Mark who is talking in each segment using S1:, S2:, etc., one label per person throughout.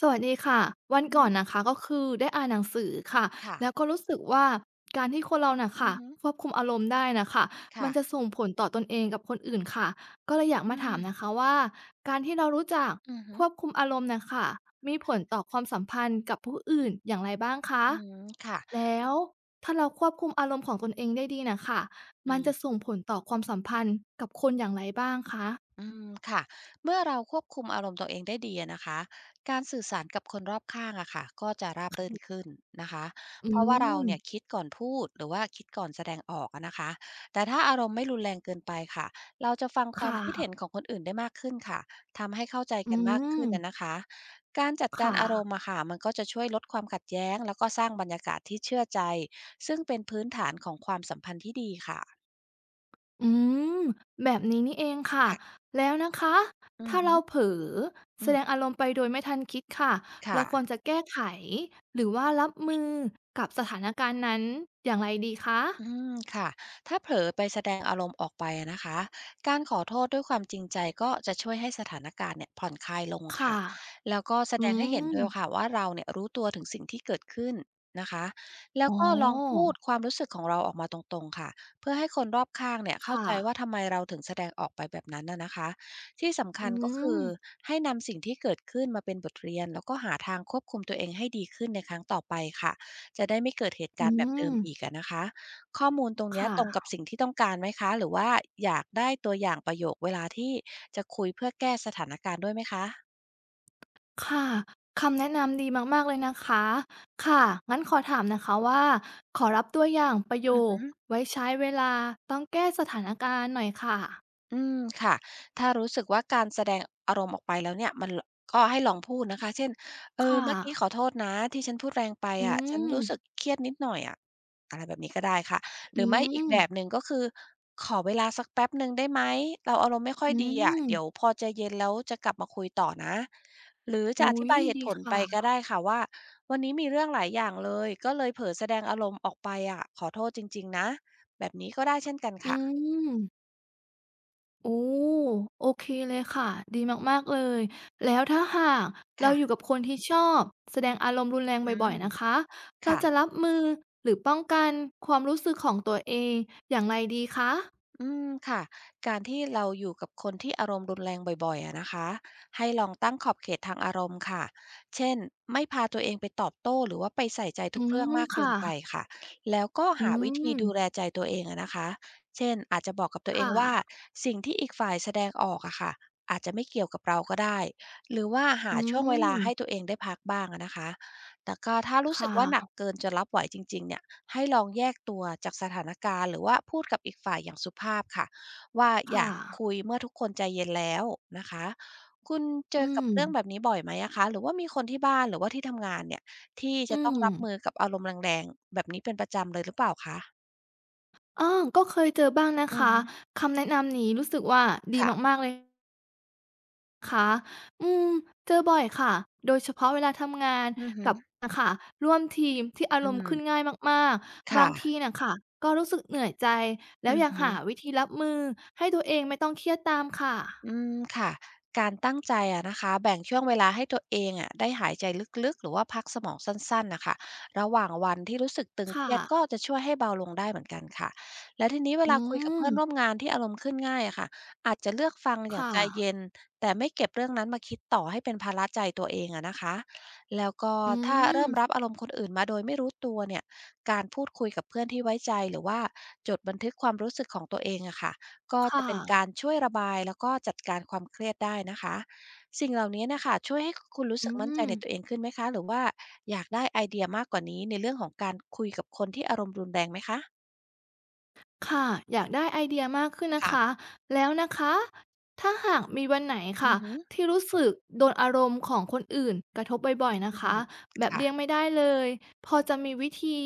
S1: สวัสดีค่ะวัน
S2: อื
S1: ก่อนนะคะ
S2: ม
S1: ก็คือได้อ่านหนังสือค่ะ
S2: ค่ะ
S1: แล้วก็รู้สึกว่าการที่คนเราน่ะ
S2: อื
S1: ค่ะ
S2: อฮึ
S1: ควบคุมอารมณ์ได้นะคะมัน
S2: ค่ะ
S1: จะส่งผลต่อตนเองกับคนอื่นค่ะก็เลยอยาก
S2: อื
S1: มาถามนะ
S2: ม
S1: คะว่าการที่เรารู้จัก
S2: อือฮึ
S1: ควบคุมอารมณ์น่ะค่ะมีผลต่อความสัมพันธ์กับผู้อื่นอย่างไรบ้างคะ
S2: อืมค่ะ
S1: แล้วถ้าเราควบคุมอารมณ์ของตนเองได้ดีนะค่ะ
S2: อื
S1: มัน
S2: ม
S1: จะส่งผลต่อความสัมพันธ์กับคนอย่างไรบ้างคะ
S2: อืมค่ะเมื่อเราควบคุมอารมณ์ตัวเองได้ดีอะนะคะการสื่อสารกับคนรอบข้างอะค่ะก็จะราบรื่นขึ้นนะคะ
S1: อื
S2: เพราะว่าเรา
S1: ม
S2: เนี่ยคิดก่อนพูดหรือว่าคิดก่อนแสดงออกอะนะคะแต่ถ้าอารมณ์ไม่รุนแรงเกินไปค่ะเราจะฟังควา
S1: ค่ะ
S2: มคิดเห็นของคนอื่นได้มากขึ้นค่ะทำให้เข้าใจ
S1: อื
S2: กันมากขึ้นนะ
S1: ม
S2: นะคะการจัด
S1: ค
S2: การอารมณ์
S1: ่ะ
S2: อะค่ะมันก็จะช่วยลดความขัดแย้งแล้วก็สร้างบรรยากาศที่เชื่อใจซึ่งเป็นพื้นฐานของความสัมพันธ์ที่ดีค่ะ
S1: อืมแบบนี้นี่เองค่ะ
S2: ค่ะ
S1: แล้วนะคะ
S2: อือ
S1: ถ้า
S2: ฮึ
S1: เราเผลอ
S2: อื
S1: แส
S2: ม
S1: ดงอารมณ์ไปโดยไม่ทันคิดค่ะเรา
S2: ค่ะ
S1: ควรจะแก้ไขหรือว่ารับมือกับสถานการณ์นั้นอย่างไรดี
S2: อื
S1: คะ
S2: มค่ะถ้าเผลอไปแสดงอารมณ์ออกไปอะนะคะการขอโทษด้วยความจริงใจก็จะช่วยให้สถานการณ์เนี่ยผ่อนคลายลง
S1: ค่ะ
S2: ค่ะแล้วก็แส
S1: อื
S2: ดงให้เห็นด้วย
S1: ม
S2: ค่ะว่าเราเนี่ยรู้ตัวถึงสิ่งที่เกิดขึ้นนะคะแล้
S1: อ๋
S2: ว
S1: อ
S2: ก็ลองพูดความรู้สึกของเราออกมาตรงๆค่ะเพื่อให้คนรอบข้างเนี่ยเข้า
S1: ค่ะ
S2: ใจว่าทำไมเราถึงแสดงออกไปแบบนั้นน่ะนะคะที่สำ
S1: อื
S2: คัญก็คือ
S1: ม
S2: ให้นำสิ่งที่เกิดขึ้นมาเป็นบทเรียนแล้วก็หาทางควบคุมตัวเองให้ดีขึ้นในครั้งต่อไปค่ะจะได้ไม่เกิดเหตุ
S1: อื
S2: การณ์แบบเดิ
S1: ม
S2: มอีกอะนะคะ ข้อมูลตรงเนี้ยตรงกั
S1: ค่ะ
S2: บสิ่งที่ต้องการไหมคะหรือว่าอยากได้ตัวอย่างประโยคเวลาที่จะคุยเพื่อแก้สถานการณ์ด้วยไหมคะ
S1: ค่ะคำแนะนำดีมากๆเลยนะคะค่ะงั้นขอถามนะคะว่าขอรับตัวอย่างประโย
S2: อือ
S1: ค
S2: ฮึ
S1: ไว้ใช้เวลาต้องแก้สถานการณ์หน่อยค่ะ
S2: อืมค่ะถ้ารู้สึกว่าการแสดงอารมณ์ออกไปแล้วเนี่ยมันก็ให้ลองพูดนะคะเช่นเออ
S1: ค่ะ
S2: เมื่อกี้ขอโทษนะที่ฉันพูดแรงไป
S1: อื
S2: อะฉัน
S1: ม
S2: รู้สึกเครียดนิดหน่อยอะอะไรแบบนี้ก็ได้ค่ะห
S1: อื
S2: รือไม่อีก
S1: ม
S2: แบบหนึ่งก็คือขอเวลาสักแป๊บหนึ่งได้ไหมเราอารมณ์ไม่ค่อย
S1: อื
S2: ดีอะเดี๋ยว
S1: ม
S2: พอใจเย็นแล้วจะกลับมาคุยต่อนะหรือจะ
S1: อุ๊
S2: อธิ
S1: ย
S2: บายเหตุ
S1: ดี
S2: ผลไป
S1: ค่ะ
S2: ก็ได้ค่ะว่าวันนี้มีเรื่องหลายอย่างเลยก็เลยเผลอแสดงอารมณ์ออกไปอะขอโทษจริงๆนะแบบนี้ก็ได้เช่นกัน
S1: อื
S2: ค่ะ
S1: มโอ้โอเคเลยค่ะดีมากๆเลยแล้วถ้าหากเรา
S2: ค่ะ
S1: อยู่กับคนที่ชอบแสดงอารมณ์รุนแรง
S2: อื
S1: บ่อย
S2: ม
S1: ๆนะคะเรา
S2: ค่ะ
S1: จะรับมือหรือป้องกันความรู้สึกของตัวเองอย่างไรดีคะ
S2: อืมค่ะการที่เราอยู่กับคนที่อารมณ์รุนแรงบ่อยๆอะนะคะให้ลองตั้งขอบเขตทางอารมณ์ค่ะเช่นไม่พาตัวเองไปตอบโต้หรือว่าไปใส่ใจ
S1: อื
S2: ทุกเรื่อง
S1: ม
S2: มากเกิ
S1: ค่ะ
S2: นไปค่ะแล้วก็
S1: อื
S2: หาวิธี
S1: ม
S2: ดูแลใจตัวเองอะนะคะเช่นอาจจะบอกกับตัวเอง
S1: ค่ะ
S2: ว่าสิ่งที่อีกฝ่ายแสดงออกอะค่ะอาจจะไม่เกี่ยวกับเราก็ได้หรือว่าหา
S1: อื
S2: ช่วงเวลาให้
S1: ม
S2: ตัวเองได้พักบ้างอะนะคะแต่ก็ถ้า
S1: ค
S2: รู้สึกว่าหนัก
S1: ่ะ
S2: เกินจะรับไหวจริงๆเนี่ย ให้ลองแยกตัวจากสถานการณ์หรือว่าพูดกับอีกฝ่ายอย่างสุภาพค่ะว่าอ
S1: ค่ะ
S2: ยากคุยเมื่อทุกคนใจเย็นแล้วนะคะคุณเจอ
S1: อื
S2: กับ
S1: ม
S2: เรื่องแบบนี้บ่อยไหมอะคะหรือว่ามีคนที่บ้านหรือว่าที่ทำงานเนี่ยที่จะ
S1: อื
S2: ต้อง
S1: ม
S2: รับมือกับอารมณ์แรงๆแบบนี้เป็นประจำเลยหรือเปล่าคะ
S1: ออก็เคยเจอบ้างนะ
S2: อือ
S1: คะ
S2: ฮึ
S1: คำแนะนำนี้รู้สึกว่าดี
S2: ค่ะ
S1: มากๆเลยค่ะอืมเจอบ่อยค่ะ โดยเฉพาะเวลาทำงาน
S2: อือฮึ
S1: กับน่ะค่ะร่วมทีมที่อาร
S2: อื
S1: มณ์ขึ้
S2: ม
S1: นง่ายมากๆ บา
S2: ค่ะ
S1: งทีน่ะค่ะก็รู้สึกเหนื่อยใจ แล้
S2: อื
S1: วอ
S2: อ
S1: ยาก
S2: ฮึ
S1: หาวิธีรับมือให้ตัวเองไม่ต้องเครียดตามค
S2: อื
S1: ่ะ
S2: มค่ะการตั้งใจอะนะคะแบ่งช่วงเวลาให้ตัวเองอะได้หายใจลึกๆหรือว่าพักสมองสั้นๆนะคะระหว่างวันที่รู้สึกตึงเค
S1: ค่ะ
S2: รียดก็จะช่วยให้เบาลงได้เหมือนกันค่ะและทีนี้เว
S1: อื
S2: ลาคุยกับเพื่อนร่วม
S1: ม
S2: งานที่อารมณ์ขึ้นง่ายอะค่ะอาจจะเลือกฟังอย่าง
S1: ค่ะ
S2: ใจเย็นแต่ไม่เก็บเรื่องนั้นมาคิดต่อให้เป็นภาระใจตัวเองอะนะคะแล้วก็
S1: อื
S2: ถ้า
S1: ม
S2: เริ่มรับอารมณ์คนอื่นมาโดยไม่รู้ตัวเนี่ยการพูดคุยกับเพื่อนที่ไว้ใจหรือว่าจดบันทึกความรู้สึกของตัวเองอะค่ะ ก็จะ
S1: ค่ะ
S2: เป็นการช่วยระบายแล้วก็จัดการความเครียดได้นะคะสิ่งเหล่านี้นะคะช่วยให้คุณรู้
S1: อื
S2: สึกมั่นใจ
S1: ม
S2: ในตัวเองขึ้นไหมคะหรือว่าอยากได้ไอเดียมากกว่านี้ในเรื่องของการคุยกับคนที่อารมณ์รุนแรงไหมคะ
S1: ค่ะอยากได้ไอเดียมากขึ้นนะคะ
S2: ค่ะ
S1: แล้วนะคะถ้าหากมีวันไหน
S2: อื
S1: ค่ะ
S2: อฮึ
S1: ที่รู้สึกโดนอารมณ์ของคนอื่นกระทบบ่อยๆนะ
S2: อือ
S1: คะ
S2: ฮึ
S1: แบบ
S2: ค่ะ
S1: เลี่ยงไม่ได้เลยพอจะมีวิธี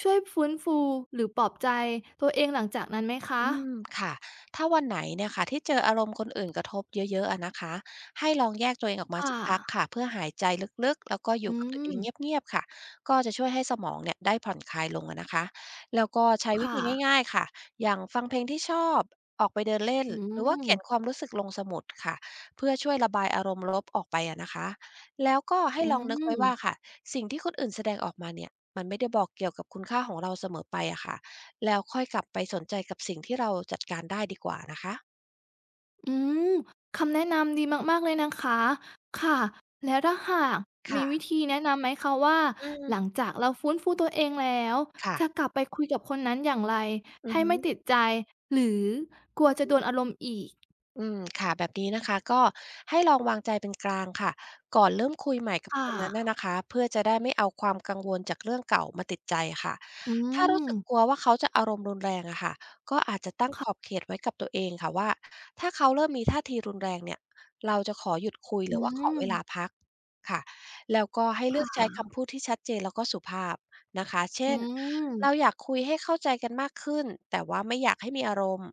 S1: ช่วยฟื้นฟูหรือปลอบใจตัวเองหลังจากนั้นไหมคะ
S2: อืมค่ะถ้าวันไหนเนี่ยค่ะที่เจออารมณ์คนอื่นกระทบเยอะๆอะนะคะให้ลองแยกตัวเองออกมา
S1: ค่ะ
S2: สักพักค่ะเพื่อหายใจลึกๆแล้วก็อ
S1: อื
S2: ยู่กับตัวเองเ
S1: ม
S2: งียบๆค่ะก็จะช่วยให้สมองเนี่ยได้ผ่อนคลายลงอะนะคะแล้วก็ใช้วิธี
S1: ค่ะ
S2: ง่ายๆค่ะอย่างฟังเพลงที่ชอบออกไปเดินเล่น
S1: อื
S2: หรือว่าเขียนควา
S1: ม
S2: มรู้สึกลงสมุดค่ะเพื่อช่วยระบายอารมณ์ลบออกไปอะนะคะแล้วก็ให้
S1: อื
S2: ลองนึกไว้
S1: ม
S2: ว่าค่ะสิ่งที่คนอื่นแสดงออกมาเนี่ยมันไม่ได้บอกเกี่ยวกับคุณค่าของเราเสมอไปอะค่ะ แล้วค่อยกลับไปสนใจกับสิ่งที่เราจัดการได้ดีกว่านะคะ
S1: อืมคำแนะนำดีมากๆเลยนะคะ ค่ะแล้วถ้าหากมีวิ
S2: ค่ะ
S1: ธีแนะนำไหมคะว่า
S2: อืม
S1: หลังจากเราฟื้นฟูตัวเองแล้ว
S2: ค่ะ
S1: จะกลับไปคุยกับคนนั้นอย่างไร
S2: อือ
S1: ให้
S2: ฮึ
S1: ไม่ติดใจหรือกลัวจะโดนอารมณ์อีก
S2: อืมค่ะแบบนี้นะคะก็ให้ลองวางใจเป็นกลางค่ะก่อนเริ่มคุยใหม่กับค
S1: ค่ะ
S2: นนั้นน่ะนะคะเพื่อจะได้ไม่เอาความกังวลจากเรื่องเก่ามาติดใจค่ะ
S1: อื
S2: ถ้ารู้
S1: ม
S2: สึกกลัวว่าเขาจะอารมณ์รุนแรงอะค่ะก็อาจจะตั้งขอบเขตไว้กับตัวเองค่ะว่าถ้าเขาเริ่มมีท่าทีรุนแรงเนี่ยเราจะขอหยุดคุย
S1: อื
S2: หรือว่าขอเวลา
S1: ม
S2: พักค่ะแล้วก็ให้
S1: ค
S2: เลือกใช้
S1: ่ะ
S2: คำพูดที่ชัดเจนแล้วก็สุภาพนะคะเช่
S1: อื
S2: น
S1: ม
S2: เราอยากคุยให้เข้าใจกันมากขึ้นแต่ว่าไม่อยากให้มีอารมณ์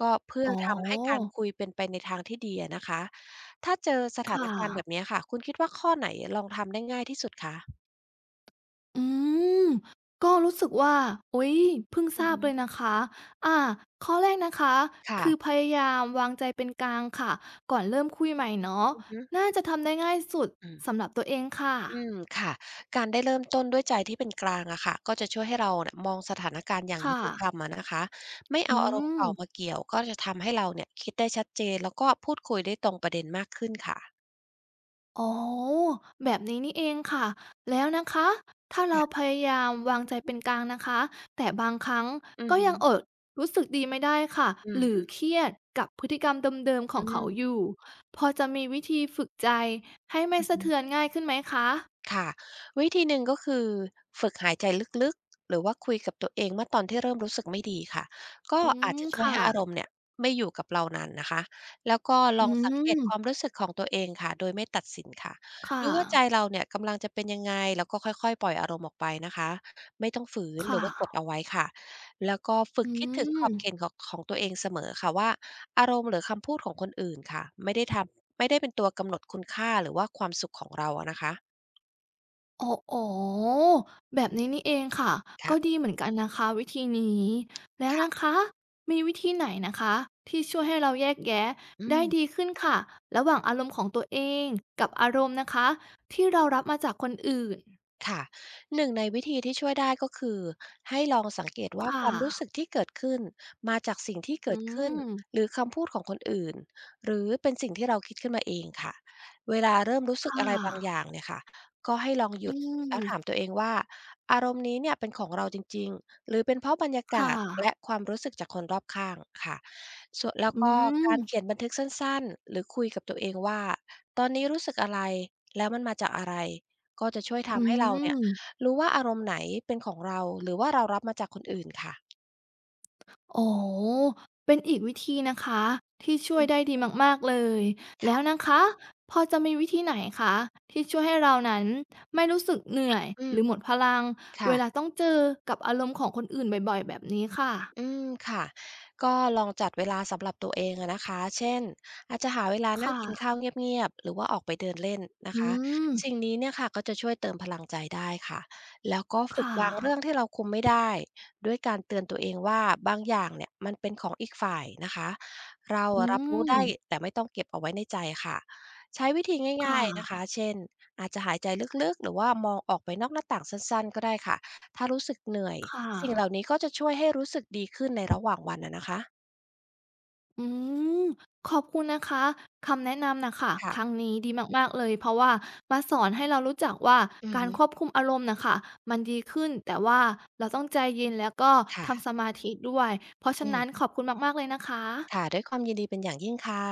S2: ก็เพื่อ
S1: อ๋อ
S2: ทำให้การคุยเป็นไปในทางที่ดีอะนะคะถ้าเจอสถาน
S1: ค่ะ
S2: การณ์แบบเนี้ยค่ะคุณคิดว่าข้อไหนลองทำได้ง่ายที่สุดคะ
S1: อืม ก็รู้สึกว่าอุ๊ยเพิ่งท
S2: อือ
S1: ราบ
S2: ฮึ
S1: เลยนะคะอ่าข้อแรกนะคะ คือพ
S2: ค่ะ
S1: ยายามวางใจเป็นกลางค่ะ ก่อนเริ่มคุยใหม่เนาะ
S2: อือฮึ
S1: น่าจะทำได้ง่ายสุด
S2: อืม
S1: สำหรับตัวเองค่ะ
S2: อืมค่ะการได้เริ่มต้นด้วยใจที่เป็นกลางอะค่ะก็จะช่วยให้เราเนี่ยมองสถานการณ์อย่างยุ
S1: ค่ะ
S2: ติธรรมอะนะคะไม่
S1: อื
S2: เอาอารมณ์
S1: ม
S2: เก่ามาเกี่ยวก็จะทำให้เราเนี่ยคิดได้ชัดเจนแล้วก็พูดคุยได้ตรงประเด็นมากขึ้นค่ะ
S1: อ๋อแบบนี้นี่เองค่ะแล้วนะคะถ้าเราพ
S2: ค่ะ
S1: ยายามวางใจเป็นกลางนะคะแต่บางครั้ง
S2: อือ
S1: ก็
S2: ฮึ
S1: ยังอดรู้สึกดีไม่ได้ค่ะหรือ
S2: อือ
S1: เครียดกับพฤติกรรมเดิมๆข
S2: อื
S1: องเขาอ
S2: ม
S1: ยู่พอจะมีวิธีฝึกใจให้ไม่
S2: อือ
S1: สะ
S2: ฮึ
S1: เทือนง่ายขึ้นไหมคะ
S2: ค่ะวิธีหนึ่งก็คือฝึกหายใจลึกๆหรือว่าคุยกับตัวเองเมื่อตอนที่เริ่มรู้สึกไม่ดีค่ะก็
S1: อื
S2: อาจ
S1: ม
S2: จะ
S1: ค
S2: ช่วยให้อาร
S1: ่ะ
S2: มณ์เนี่ยไม่อยู่กับเรานานนะคะแล้วก็ล
S1: อื
S2: องสังเกตความ
S1: ม
S2: รู้สึกของตัวเองค่ะโดยไม่ตัดสินค่ะ
S1: ค่ะ
S2: ดูว่าใจเราเนี่ยกำลังจะเป็นยังไงแล้วก็ค่อยๆปล่อยอารมณ์ออกไปนะคะไม่ต้องฝืน
S1: ค
S2: หรือว่ากด
S1: ่ะ
S2: เอาไว้ค่ะแล้วก็ฝึ
S1: อื
S2: กคิดถึงขอบ
S1: ม
S2: เขตของตัวเองเสมอค่ะว่าอารมณ์หรือคำพูดของคนอื่นค่ะไม่ได้เป็นตัวกำหนดคุณค่าหรือว่าความสุขของเราอะนะคะ
S1: โอ้อ๋อแบบนี้นี่เองค่ะก็ดี
S2: ค่ะ
S1: เหมือนกันนะคะวิธีนี้แล้ว
S2: ค่ะ
S1: นะคะมีวิธีไหนนะคะที่ช่วยให้เราแยกแยะ
S2: อื
S1: ได้ดี
S2: ม
S1: ขึ้นค่ะระหว่างอารมณ์ของตัวเองกับอารมณ์นะคะที่เรารับมาจากคนอื่น
S2: ค่ะหนึ่งในวิธีที่ช่วยได้ก็คือให้ลองสังเกตว่าค
S1: ค่ะ
S2: วามรู้สึกที่เกิดขึ้นมาจากสิ่งที่
S1: อื
S2: เกิดขึ้นห
S1: ม
S2: รือคำพูดของคนอื่นหรือเป็นสิ่งที่เราคิดขึ้นมาเองค่ะเวลาเริ่มรู้สึก
S1: ค่ะ
S2: อะไรบางอย่างเนี่ยค่ะก็ให้ลองห
S1: อื
S2: ยุดแล้วถาม
S1: ม
S2: ตัวเองว่าอารมณ์นี้เนี่ยเป็นของเราจริงๆหรือเป็นเพราะบรรยา
S1: ค
S2: กาศ
S1: ่ะ
S2: และความรู้สึกจากคนรอบข้างค่ะส่วนแล้ว
S1: อื
S2: ก็
S1: ม
S2: การเขียนบันทึกสั้นๆหรือคุยกับตัวเองว่าตอนนี้รู้สึกอะไรแล้วมันมาจากอะไร ก็จะช่วย
S1: อื
S2: ทำให้เราเนี่ย
S1: ม
S2: รู้ว่าอารมณ์ไหนเป็นของเราหรือว่าเรารับมาจากคนอื่นค่ะ
S1: โอ้โหเป็นอีกวิธีนะคะที่ช่ว
S2: อื
S1: ย
S2: ม
S1: ได้ดีมากๆเลยแล้ว
S2: ค่ะ
S1: นะคะพอจะมีวิธีไหนคะที่ช่วยให้เรานั้นไม่รู้สึกเหนื่อย
S2: อื
S1: ห
S2: ม
S1: รือหมดพลังเวลา
S2: ค่ะ
S1: ต้องเจอกับอารมณ์ของคนอื่นบ่อยๆแบบนี้ค่ะ
S2: อืมค่ะก็ลองจัดเวลาสำหรับตัวเองอะนะคะเช่นอาจจะหาเวลานั่งกิน
S1: ค่ะ
S2: ข้าวเงียบๆหรือว่าออกไปเดินเล่นนะ
S1: อื
S2: คะ
S1: ม
S2: สิ่งนี้เนี่ยค่ะก็จะช่วยเติมพลังใจได้ค่ะแล้วก็ฝึก
S1: ค่ะ
S2: วางเรื่องที่เราคุมไม่ได้ด้วยการเตือนตัวเองว่าบางอย่างเนี่ยมันเป็นของอีกฝ่ายนะคะเรา
S1: อื
S2: อะรับรู้
S1: ม
S2: ได้แต่ไม่ต้องเก็บเอาไว้ในใจค่ะใช้วิธี
S1: ค
S2: ง่ายๆนะ
S1: ่ะ
S2: คะเช่นอาจจะหายใจลึกๆหรือว่ามองออกไปนอกหน้าต่างสั้นๆก็ได้ค่ะ ถ้ารู้สึกเหนื่อย
S1: ค่ะ
S2: สิ่งเหล่านี้ก็จะช่วยให้รู้สึกดีขึ้นในระหว่างวันอะนะคะ
S1: อืมขอบคุณนะคะคำแนะนำนะค่ะ
S2: ค่ะ
S1: ครั้งนี้ดีมากๆเลยเพราะว่ามาสอนให้เรารู้จักว่า
S2: อือ
S1: การ
S2: ฮึ
S1: ควบคุมอารมณ์นะค่ะมันดีขึ้นแต่ว่าเราต้องใจเย็นแล้วก็ทำส
S2: ค่ะ
S1: มาธิด้วยเพราะฉะ
S2: อืม
S1: นั้นขอบคุณมากๆเลยนะคะ
S2: ค่ะ ด้วยความยินดีเป็นอย่างยิ่งค่ะ